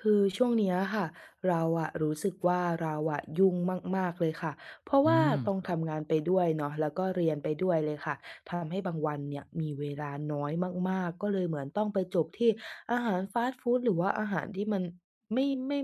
คือช่วงเนี้ยค่ะเราอะรู้สึกว่าเราอะยุ่งมากๆเลยค่ะเพราะอืว่ามต้องครับทำงานไปด้วยเนาะแล้วก็เรียนไปด้วยเลยค่ะทำให้บางวันเนี่ยมีเวลาน้อยมากๆก็เลยเหมือนต้องไปจบที่อาหารฟาสต์ฟูดหรือว่าอาหารที่มันไม่ไม่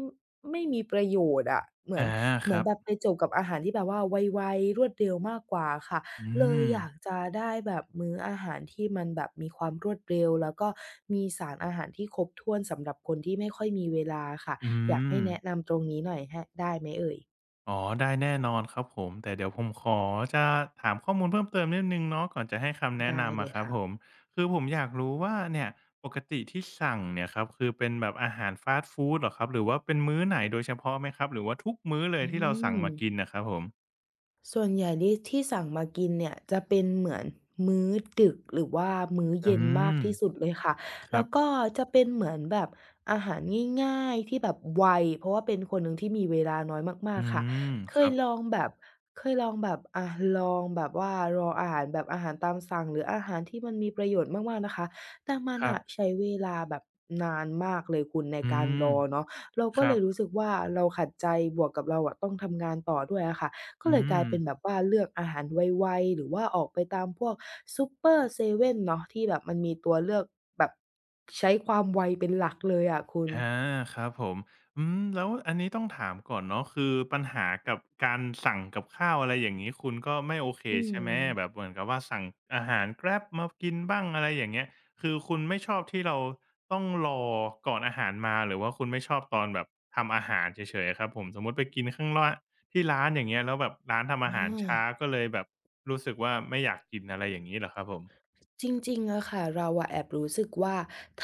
ไม่มีประโยชน์อะเหมืออานเหคมือนรับแบบไปจบกับอาหารที่แบบว่าไวๆรวดเร็วมากกว่าค่ะ อืเลยมอยากจะได้แบบมื้ออาหารที่มันแบบมีความรวดเร็วแล้วก็มีสารอาหารที่ครบถ้วนสำหรับคนที่ไม่ค่อยมีเวลาค่ะอือยากให้มแนะนำตรงนี้หน่อยฮะได้ไหมเอ่ยอ๋อได้แน่นอนครับผมแต่เดี๋ยวผมขอจะถามข้อมูลเพิ่มเติมนิดหนึ่งเนาะก่อนจะให้คำแนะได้นำเลอะยครับค่ะผมคือผมอยากรู้ว่าเนี่ยปกติที่สั่งเนี่ยครับคือเป็นแบบอาหารฟาสต์ฟูดเหรอครับหรือว่าเป็นมื้อไหนโดยเฉพาะไหมครับหรือว่าทุกมื้อเลยอืที่เราสั่งม มากินน่ะครับผมส่วนใหญ่ที่สั่งมากินเนี่ยจะเป็นเหมือนมื้อดึกหรือว่ามื้อคอืเย็นมากที่สุดเลยค่ะรับมครัแล้วบก็จะเป็นเหมือนแบบอาหารง่ายๆที่แบบไวเพราะว่าเป็นคนหนึ่งที่มีเวลาน้อยมาอืกๆค่ะมเคคยรับลองแบบเคยลองแบบอะลองแบบว่าลองอาหารแบบอาหารตามสั่งหรืออาหารที่มันมีประโยชน์มากๆนะคะแต่มันครัน่ะบใช้เวลาแบบนานมากเลยคุณในอืการมรอเนาะเราคก็รัเลบยรู้สึกว่าเราขัดใจบวกกับเราอะต้องทำงานต่อด้วยอะค่ะ ก็อืเลยกลายม เป็นแบบว่าเลือกอาหารไวๆหรือว่าออกไปตามพวกซูเปอร์เซเว่นเนาะที่แบบมันมีตัวเลือกแบบใช้ความไวเป็นหลักเลยอะคุณอาครับผมอืมแล้วอันนี้ต้องถามก่อนเนาะคือปัญหากับการสั่งกับข้าวอะไรอย่างงี้คุณก็ไม่โอเคอืใช่มไหมแบบเหมือนกับว่าสั่งอาหาร Grab มากินบ้างอะไรอย่างเงี้ยคือคุณไม่ชอบที่เราต้องรอก่อนอาหารมาหรือว่าคุณไม่ชอบตอนแบบทำอาหารเฉยๆอะครับผมสมมุติไปกินข้างร้านที่ร้านอย่างเงี้ยแล้วแบบร้านทำอาอหารช้าา ก็เลยแบบรู้สึกว่าไม่อยากกินอะไรอย่างงี้เหรอครับผมจริงๆอะค่ะเราอะแอบรู้สึกว่า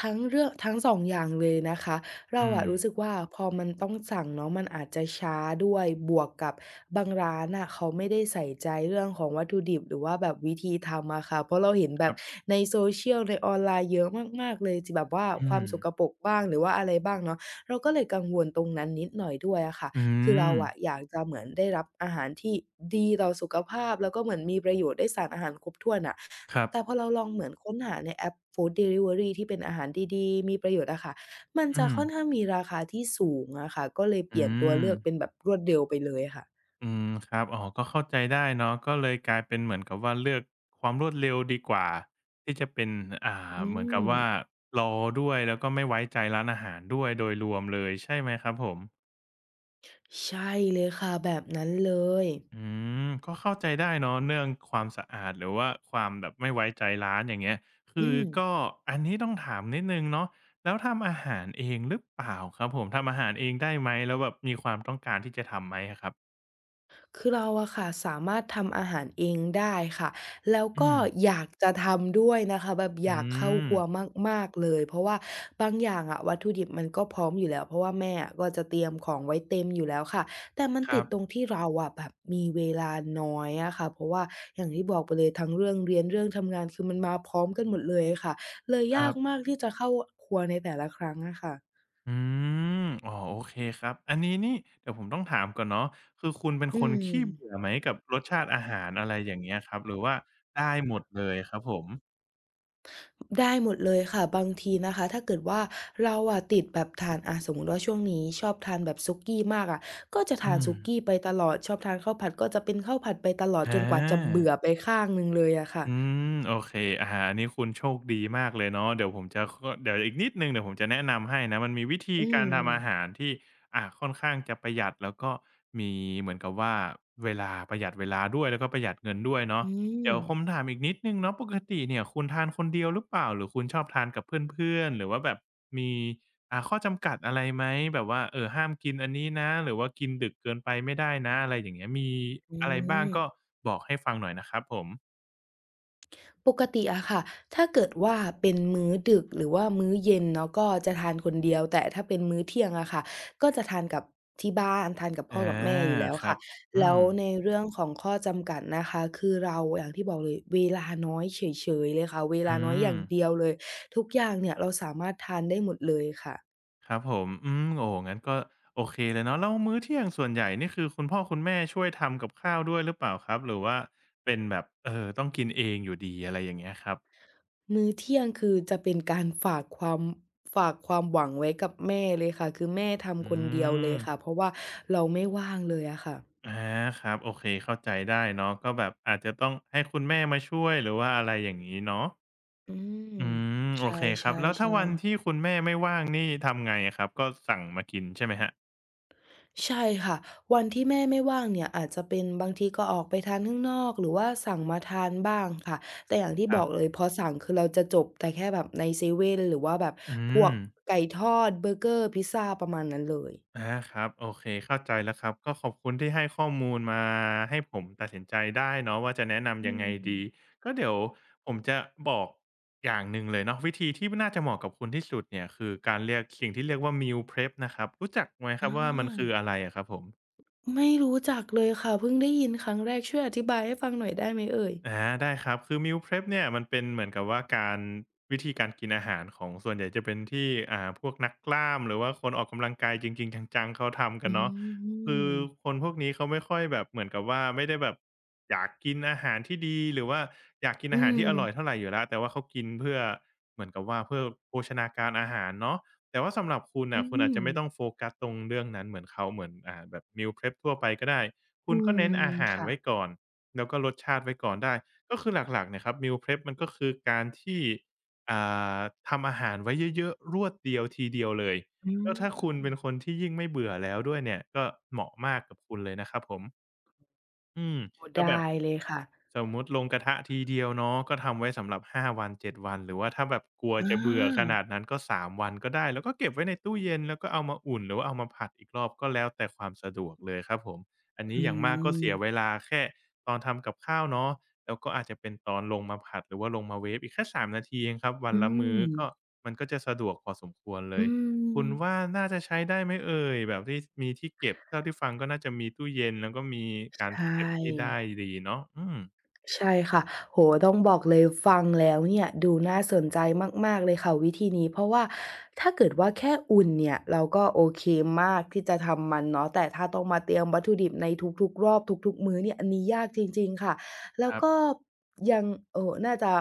ทั้งเรื่องทั้งสองอย่างเลยนะคะเราอือะมรู้สึกว่าพอมันต้องสั่งเนาะมันอาจจะช้าด้วยบวกกับบางร้านน่ะเขาไม่ได้ใส่ใจเรื่องของวัตถุดิบหรือว่าแบบวิธีทำอะค่ะเพราะเราเห็นแบคบรับใน social ในออนไลน์เยอะมากๆเลยที่แบบว่าอืความมสกปรกบ้างหรือว่าอะไรบ้างเนาะเราก็เลยกังวลตรงนั้นนิดหน่อยด้วยอะค่ะอืคือเรามอะอยากจะเหมือนได้รับอาหารที่ดีต่อสุขภาพแล้วก็เหมือนมีประโยชน์ได้สารอาหารครบถ้วนน่ะ ครัแต่พบอเราลองเหมือนค้นหาในแอปฟู้ดเด e ลิเวอรีที่เป็นอาหารดีๆมีประโยชน์อะค่ะมันอืจะมค่อนข้างมีราคาที่สูงอะค่ะก็เลยเปอืลี่ยนตัวม เลือกเป็นแบบรวดเร็วไปเลยค่ะอืมครับอ๋อก็เข้าใจได้เนาะก็เลยกลายเป็นเหมือนกับว่าเลือกความรวดเร็วดีกว่าที่จะเป็นอ่าอืเหมือนกับว่ามรอด้วยแล้วก็ไม่ไว้ใจร้านอาหารด้วยโดยรวมเลยใช่ไหมครับผมใช่เลยค่ะแบบนั้นเลยอืมก็เข้าใจได้เนาะเรื่องความสะอาดหรือว่าความแบบไม่ไว้ใจร้านอย่างเงี้ยคือือม ก็อันนี้ต้องถามนิดนึ่งเนาะแล้วทำอาหารเองหรือเปล่าครับผมทำอาหารเองได้ไหมแล้วแบบมีความต้องการที่จะทำไหมอะครับคือเราอะค่ะสามารถทำอาหารเองได้ค่ะแล้วอืก็มอยากจะทำด้วยนะคะแบบออืยากเข้าคมรัวมากๆเลยเพราะว่าบางอย่างอะวัตถุดิบมันก็พร้อมอยู่แล้วเพราะว่าแม่อะก็จะเตรียมของไว้เต็มอยู่แล้วค่ะแต่มันคติรัดบตรงที่เราอะแบบมีเวลาน้อยอะค่ะเพราะว่าอย่างที่บอกไปเลยทั้งเรื่องเรียนเรื่องทำงานคือมันมาพร้อมกันหมดเลยค่ะเลยคยารักบ มากที่จะเข้าครัวในแต่ละครั้งอะค่ะอืมอ๋อโอเคครับ อันนี้นี่เดี๋ยวผมต้องถามก่อนเนาะคือคุณเป็นอืคนม ขี้เบื่อไหมกับรสชาติอาหารอะไรอย่างเงี้ยครับ หรือว่าได้หมดเลยครับผมได้หมดเลยค่ะบางทีนะคะถ้าเกิดว่าเราอะติดแบบทานอ่าสมมุติว่าช่วงนี้ชอบทานแบบสุกี้มากอะก็จะทาอืนมสุกี้ไปตลอดชอบทานข้าวผัดก็จะเป็นข้าวผัดไปตลอดอจนกว่าจะา เบื่อไปข้างหนึ่งเลยอะค่ะอืมโอเคอาอันนี้คุณโชคดีมากเลยเนาะเดี๋ยวผมจะคเดี๋ยวอีกนิดหนึ่งเดี๋ยวผมจะแนะนำให้นะมันมีวิธีอืการมทำอาหารที่ค่อนข้างจะประหยัดแล้วก็มีเหมือนกับว่าเวลาประหยัดเวลาด้วยแล้วก็ประหยัดเงินด้วยเนาะอืเดี๋ยวมผมถามอีกนิดหนึ่งเนาะปกติเนี่ยคุณทานคนเดียวหรือเปล่าหรือคุณชอบทานกับเพื่อนๆหรือว่าแบบมีข้อจำกัดอะไรไหมแบบว่าเออห้ามกินอันนี้นะหรือว่ากินดึกเกินไปไม่ได้นะอะไรอย่างเงี้ยมีอือะไรบ้างก็ม บอกให้ฟังหน่อยนะครับผม ปกติอะค่ะถ้าเกิดว่าเป็นมื้อดึกหรือว่ามื้อเย็นเนาะก็จะทานคนเดียวแต่ถ้าเป็นมื้อเที่ยงอะค่ะก็จะทานกับที่บ้านทานกับพ่อาอกับแม่อยู่แล้วครัค่ะบ อืแล้วมในเรื่องของข้อจำกัดนะคะคือเราอย่างที่บอกเลยเวลาน้อยเฉยๆเลยค่ะเวลาอืน้อยอมย่างเดียวเลยทุกอย่างเนี่ยเราสามารถทานได้หมดเลยค่ะครับผมอืมโอ้โฮงั้นก็โอเคเลยเนาะแล้วมื้อเที่ยงส่วนใหญ่นี่คือคุณพ่อคุณแม่ช่วยทำกับข้าวด้วยหรือเปล่าครับหรือว่าเป็นแบบต้องกินเองอยู่ดีอะไรอย่างเงี้ยครับมื้อเที่ยงคือจะเป็นการฝากความหวังไว้กับแม่เลยค่ะคือแม่ทำคอืนเดียวเลยมค่ะเพราะว่าเราไม่ว่างเลยอะค่ะ อาครับโอเคเข้าใจได้เนาะก็แบบอาจจะต้องให้คุณแม่มาช่วยหรือว่าอะไรอย่างงี้เนาะอืมอืมโอใช่เคครับใช่แล้วถ้าใช่วันที่คุณแม่ไม่ว่างนี่ทำไงอะครับก็สั่งมากินใช่ไหมครับใช่ค่ะวันที่แม่ไม่ว่างเนี่ยอาจจะเป็นบางทีก็ออกไปทานข้างนอกหรือว่าสั่งมาทานบ้างค่ะแต่อย่างที่คบรัอกเลบยพอสั่งคือเราจะจบแต่แค่แบบในเซเว่นหรือว่าแบบอืพวม กไก่ทอดเบอร์เกอร์พิซซาประมาณนั้นเลยอาครับโอเคเข้าใจแล้วครับก็ขอบคุณที่ให้ข้อมูลมาให้ผมตัดสินใจได้เนาะว่าจะแนะอืนำยังไงดีมก็เดี๋ยวผมจะบอกอย่างหนึ่งเลยเนาะวิธีที่น่าจะเหมาะกับคุณที่สุดเนี่ยคือการเรียกสิ่งที่เรียกว่า Meal Prep นะครับรู้จักไหมคอรับว่ามันคือาอะไรอะครับผม ไม่รู้จักเลยค่ะเพิ่งได้ยินครั้งแรกช่วยอธิบายให้ฟังหน่อยได้ไหมเอ่ยอาได้ครับคือ meal prep เนี่ยมันเป็นเหมือนกับว่าการวิธีการกินอาหารของส่วนใหญ่จะเป็นที่พวกนักกล้ามหรือว่าคนออกกำลังกายจริงๆจังๆเขาทำกัอืนเนาะคือคมนพวกนี้เขาไม่ค่อยแบบเหมือนกับว่าไม่ได้แบบอยากกินอาหารที่ดีหรือว่าอยากกินอือาหารมที่อร่อยเท่าไหรอยู่แล้วแต่ว่าเขากินเพื่อเหมือนกับว่าเพื่อโภชนาการอาหารเนาะแต่ว่าสำหรับคุณอืน่ะคุณอาจจะมไม่ต้องโฟกัสตรงเรื่องนั้นเหมือนเขาเหมือนแบบ meal prep ทั่วไปก็ได้คุอืณก็เน้นมอาหารค่ะไว้ก่อน แล้วก็ลดชาติไว้ก่อนได้ก็คือหลักๆเนี่ยครับ meal prep มันก็คือการที่อ่าทำอาหารไว้เยอะๆรวดเดียวทีเดียวเลยอืก็ถ้าคุณมเป็นคนที่ยิ่งไม่เบื่อแล้วด้วยเนี่ยก็เหมาะมากกับคุณเลยนะครับผมอืมโอ้ก็แบได้บ เลยค่ะ สมมุติลงกระทะทีเดียวเนาะก็ทำไว้สำหรับ5 วัน7วันหรือว่าถ้าแบบกลัวจะเบื่อขอานาดนั้นก็3วันก็ได้แล้วก็เก็บไว้ในตู้เย็นแล้วก็เอามาอุ่นหรือว่าเอามาผัดอีกรอบก็แล้วแต่ความสะดวกเลยครับผมอันนี้อือย่างมากก็มเสียเวลาแค่ตอนทำกับข้าวเนาะแล้วก็อาจจะเป็นตอนลงมาผัดหรือว่าลงมาเวฟอีกแค่3 นาทีเองครับวันอืละมื้อมก็มันก็จะสะดวกพอสมควรเลอืยคุมณว่าน่าจะใช้ได้ไหมเอ่ยแบบที่มีที่เก็บเท่าที่ฟังก็น่าจะมีตู้เย็นแล้วก็มีการใช่ เก็บที่ได้ดีเนาะอืม ใช่ค่ะโหต้องบอกเลยฟังแล้วเนี่ยดูน่าสนใจมากๆเลยค่ะวิธีนี้เพราะว่าถ้าเกิดว่าแค่อุ่นเนี่ยเราก็โอเคมากที่จะทำมันเนาะแต่ถ้าต้องมาเตรียมวัตถุดิบในทุกๆรอบทุกๆมื้อเนี่ยอันนี้ยากจริงๆค่ะแล้ควรับก็ยังน่าจะ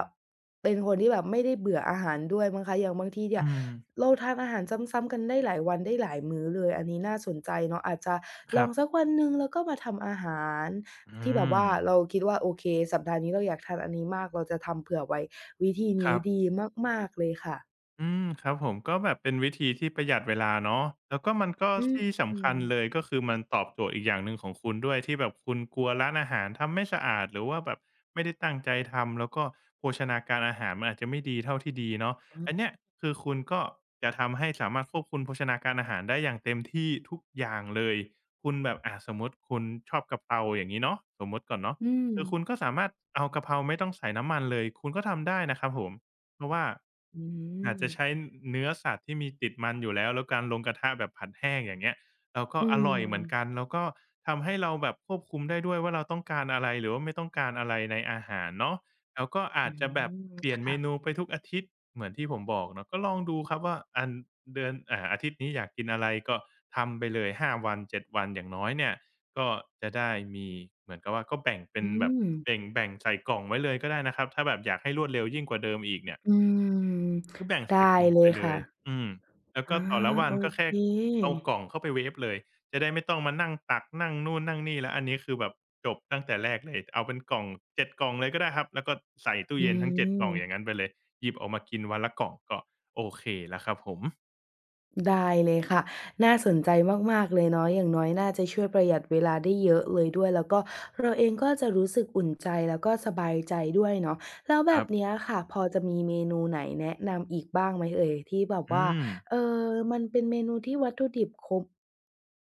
เป็นคนที่แบบไม่ได้เบื่ออาหารด้วยมั้งคะอย่างบางทีเนี่ยอืมเราทานอาหารซ้ำๆกันได้หลายวันได้หลายมื้อเลยอันนี้น่าสนใจเนาะอาจจะคลอรังบสักวันหนึ่งแล้วก็มาทำอาหาร อืที่แบบว่ามเราคิดว่าโอเคสัปดาห์นี้เราอยากทานอันนี้มากเราจะทำเผื่อไว้วิธีคนี้รับ ดีมากๆเลยค่ะอืมครับผมก็แบบเป็นวิธีที่ประหยัดเวลาเนาะแล้วก็มันก็อืมที่อืสำมคัญเลยก็คือมันตอบโจทย์อีกอย่างหนึ่งของคุณด้วยที่แบบคุณกลัวร้านอาหารทำไม่สะอาดหรือว่าแบบไม่ได้ตั้งใจทำแล้วก็โภชนาการอาหารมันอาจจะไม่ดีเท่าที่ดีเนาะอือันเนี้มยคือคุณก็จะทำให้สามารถควบคุมโภชนาการอาหารได้อย่างเต็มที่ทุกอย่างเลยคุณแบบสมมติคุณชอบกะเพราอย่างนี้เนาะสมมติก่อนเนาะอืมคือคุณก็สามารถเอากะเพราไม่ต้องใส่น้ำมันเลยคุณก็ทำได้นะครับผม เพราะว่าออาจจะืใช้เนื้อสัตว์ที่มีติดมันอยู่แล้วแล้วการลงกระทะแบบผัดแห้งอย่างเงี้ยเราก็มอร่อยเหมือนกันแล้วก็ทำให้เราแบบควบคุมได้ด้วยว่าเราต้องการอะไรหรือว่าไม่ต้องการอะไรในอาหารเนาะแล้วก็อาอืจจะแบบมเปลี่ยนเมค่ะนูไปทุกอาทิตย์เหมือนที่ผมบอกเนาะก็ลองดูครับว่าอันเดือนอ่าอาทิตย์นี้อยากกินอะไรก็ทำไปเลย5วัน7วันอย่างน้อยเนี่ยก็จะได้มีเหมือนกับว่าก็แบ่งเป็อืนแบบมแบ่งใส่กล่องไว้เลยก็ได้นะครับถ้าแบบอยากให้รวดเร็วยิ่งกว่าเดิมอีกเนี่ย อืมก็แบ่งได้ใส่กล่องเลไปยเลค่ะยอืมแล้วก็อาต่อละวัโอนก็เค แค่เอากล่องเข้าไปเวฟเลย จะได้ไม่ต้องมานั่งตักนั่งนู่นนั่งนี่แล้วอันนี้คือแบบจบตั้งแต่แรกเลยเอาเป็นกล่อง7 กล่องเลยก็ได้ครับ แล้วก็ใส่ตู้อืเย็นทั้ง7กล่ม องอย่างงั้นไปเลยหยิบออกมากินวันละกล่องก็โอเคแล้วครับผม ได้เลยค่ะน่าสนใจมากๆเลยเนาะอย่างน้อยน่าจะช่วยประหยัดเวลาได้เยอะเลยด้วยแล้วก็เราเองก็จะรู้สึกอุ่นใจแล้วก็สบายใจด้วยเนาะแล้วคแบรับบเนี้ยค่ะพอจะมีเมนูไหนแนะนำอีกบ้างไหมเอ่ยที่แบบอืว่าม เอ่อมันเป็นเมนูที่วัตถุดิบครบ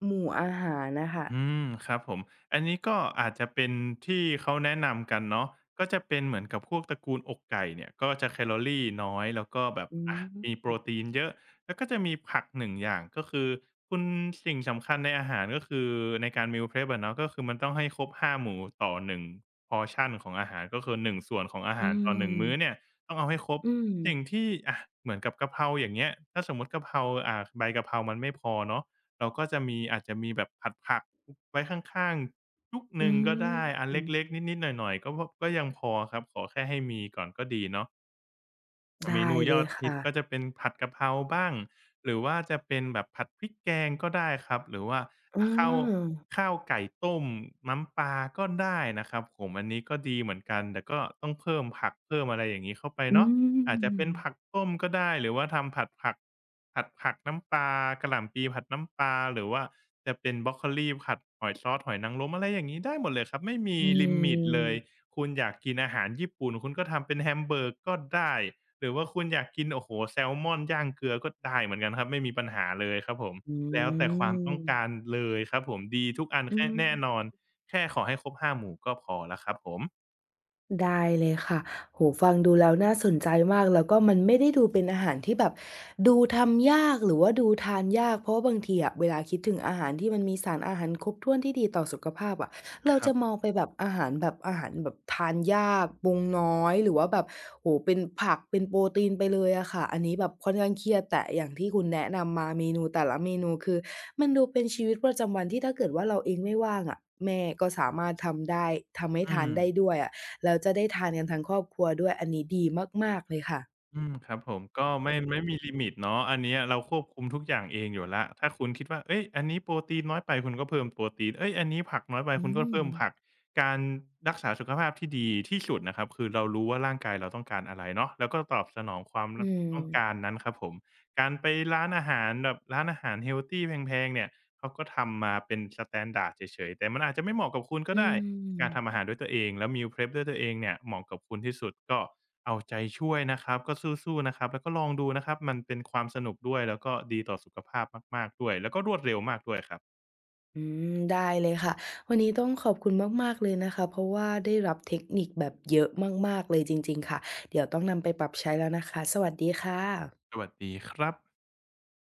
หมู่อาหารน่ะค่ะอืมครับผมอันนี้ก็อาจจะเป็นที่เขาแนะนำกันเนาะก็จะเป็นเหมือนกับพวกตระกูลอกไก่เนี่ยก็จะแคลอรีน้อยแล้วก็แบบอือะมีโปรมตีนเยอะแล้วก็จะมีผักหนึ่งอย่างก็คือคุณสิ่งสำคัญในอาหารก็คือในการ meal prep อะเนาะก็คือมันต้องให้ครบ5หมู่ต่อ1 portion ของอาหารก็คือ1ส่วนของอาอืหารต่อ1มื้อเนี่ยมต้องเอาให้ครบอืมสิ่งที่อะเหมือนกับกะเพราอย่างเงี้ยถ้าสมมุติกะเพราใบกะเพรามันไม่พอเนาะ เราก็จะมีอาจจะมีแบบผัดผักไว้ข้างๆยุกหอืนึ่งก็ได้อันเมล็กๆนิดๆหน่อยๆก็ยังพอครับขอแค่ให้มีก่อนก็ดีเนาะ เมได้นูเลยอยดฮิตค่ะก็จะเป็นผัดกะเพราบ้างหรือว่าจะเป็นแบบผัดพริกแกงก็ได้ครับหรือว่าอาอ่าข้าวไก่ต้มน้ำปลาก็ได้นะครับผมอันนี้ก็ดีเหมือนกันแต่ก็ต้องเพิ่มผักเพิ่มอะไรอย่างงี้เข้าไปอืเนาะอาจจะเป็นมผักต้มก็ได้หรือว่าทำผัดผักผัดผักน้ำปลากะหล่ำปีผัดน้ำปลาหรือว่าจะเป็นบรอกโคลีผัดหอยซอสหอยนางรมอะไรอย่างงี้ได้หมดเลยครับไม่มีอืลิมิตเลยมคุณอยากกินอาหารญี่ปุ่นคุณก็ทำเป็นแฮมเบอร์ก็ได้ หรือว่าคุณอยากกินโอ้โฮแซลมอนย่างเกลือก็ได้เหมือนกันครับไม่มีปัญหาเลยครับผมอืแล้วแต่ความต้องการม เลยครับผมดีทุกอันอืแค่แน่นอม นแค่ขอให้ครบ5 หมู่ก็พอแล้วครับผมได้เลยค่ะโห้ฟังดูแล้วน่าสนใจมากแล้วก็มันไม่ได้ดูเป็นอาหารที่แบบดูทำยากหรือว่าดูทานยากเพราะว่าบางทีอะเวลาคิดถึงอาหารที่มันมีสารอาหารครบถ้วนที่ดีต่อสุขภาพอะคเรารัจะมบองไปแบบอาหารแบบอาหารแบบทานยากปรุงน้อยหรือว่าแบบโอ้โฮเป็นผักเป็นโปรตีนไปเลยอะค่ะอันนี้แบบค่อนข้างเครียดแต่อย่างที่คุณแนะนำมาเมนูแต่ละเมนูคือมันดูเป็นชีวิตประจำวันที่ถ้าเกิดว่าเราเองไม่ว่างอะแม่ก็สามารถทำได้ทำให้อืทานม ได้ด้วยอะ แล้วจะได้ทานกันทั้งครอบครัวด้วยอันนี้ดีมากๆเลยค่ะอืมครับผมก็ไม่มีลิมิตเนาะอันเนี้ยเราควบคุมทุกอย่างเองอยู่แล้วถ้าคุณคิดว่าเฮ้ยอันนี้โปรตีนน้อยไปคุณก็เพิ่มโปรตีนเฮ้ยอันนี้ผักน้อยไปอืคุณก็มเพิ่มผักการรักษาสุขภาพที่ดีที่สุดนะครับคือเรารู้ว่าร่างกายเราต้องการอะไรเนาะแล้วก็ตอบสนองความนอืมต้องการนั้นครับผมการไปร้านอาหารแบบร้านอาหารเฮลทีแพงๆเนี่ยเขาก็ทำมาเป็นสแตนดาร์ดเฉยๆแต่มันอาจจะไม่เหมาะกับคุณก็อืได้ การทำอามหารด้วยตัวเองแล้ว meal prep ด้วยตัวเองเนี่ยเหมาะกับคุณที่สุดก็เอาใจช่วยนะครับก็สู้ๆนะครับแล้วก็ลองดูนะครับมันเป็นความสนุกด้วยแล้วก็ดีต่อสุขภาพมากๆด้วยแล้วก็รวดเร็วมากด้วยครับอืมได้เลยค่ะ วันนี้ต้องขอบคุณมากๆเลยนะคะ เพราะว่าได้รับเทคนิคแบบเยอะมากๆเลยจริงๆค่ะ เดี๋ยวต้องนำไปปรับใช้แล้วนะคะ สวัสดีค่ะสวัสดีครับ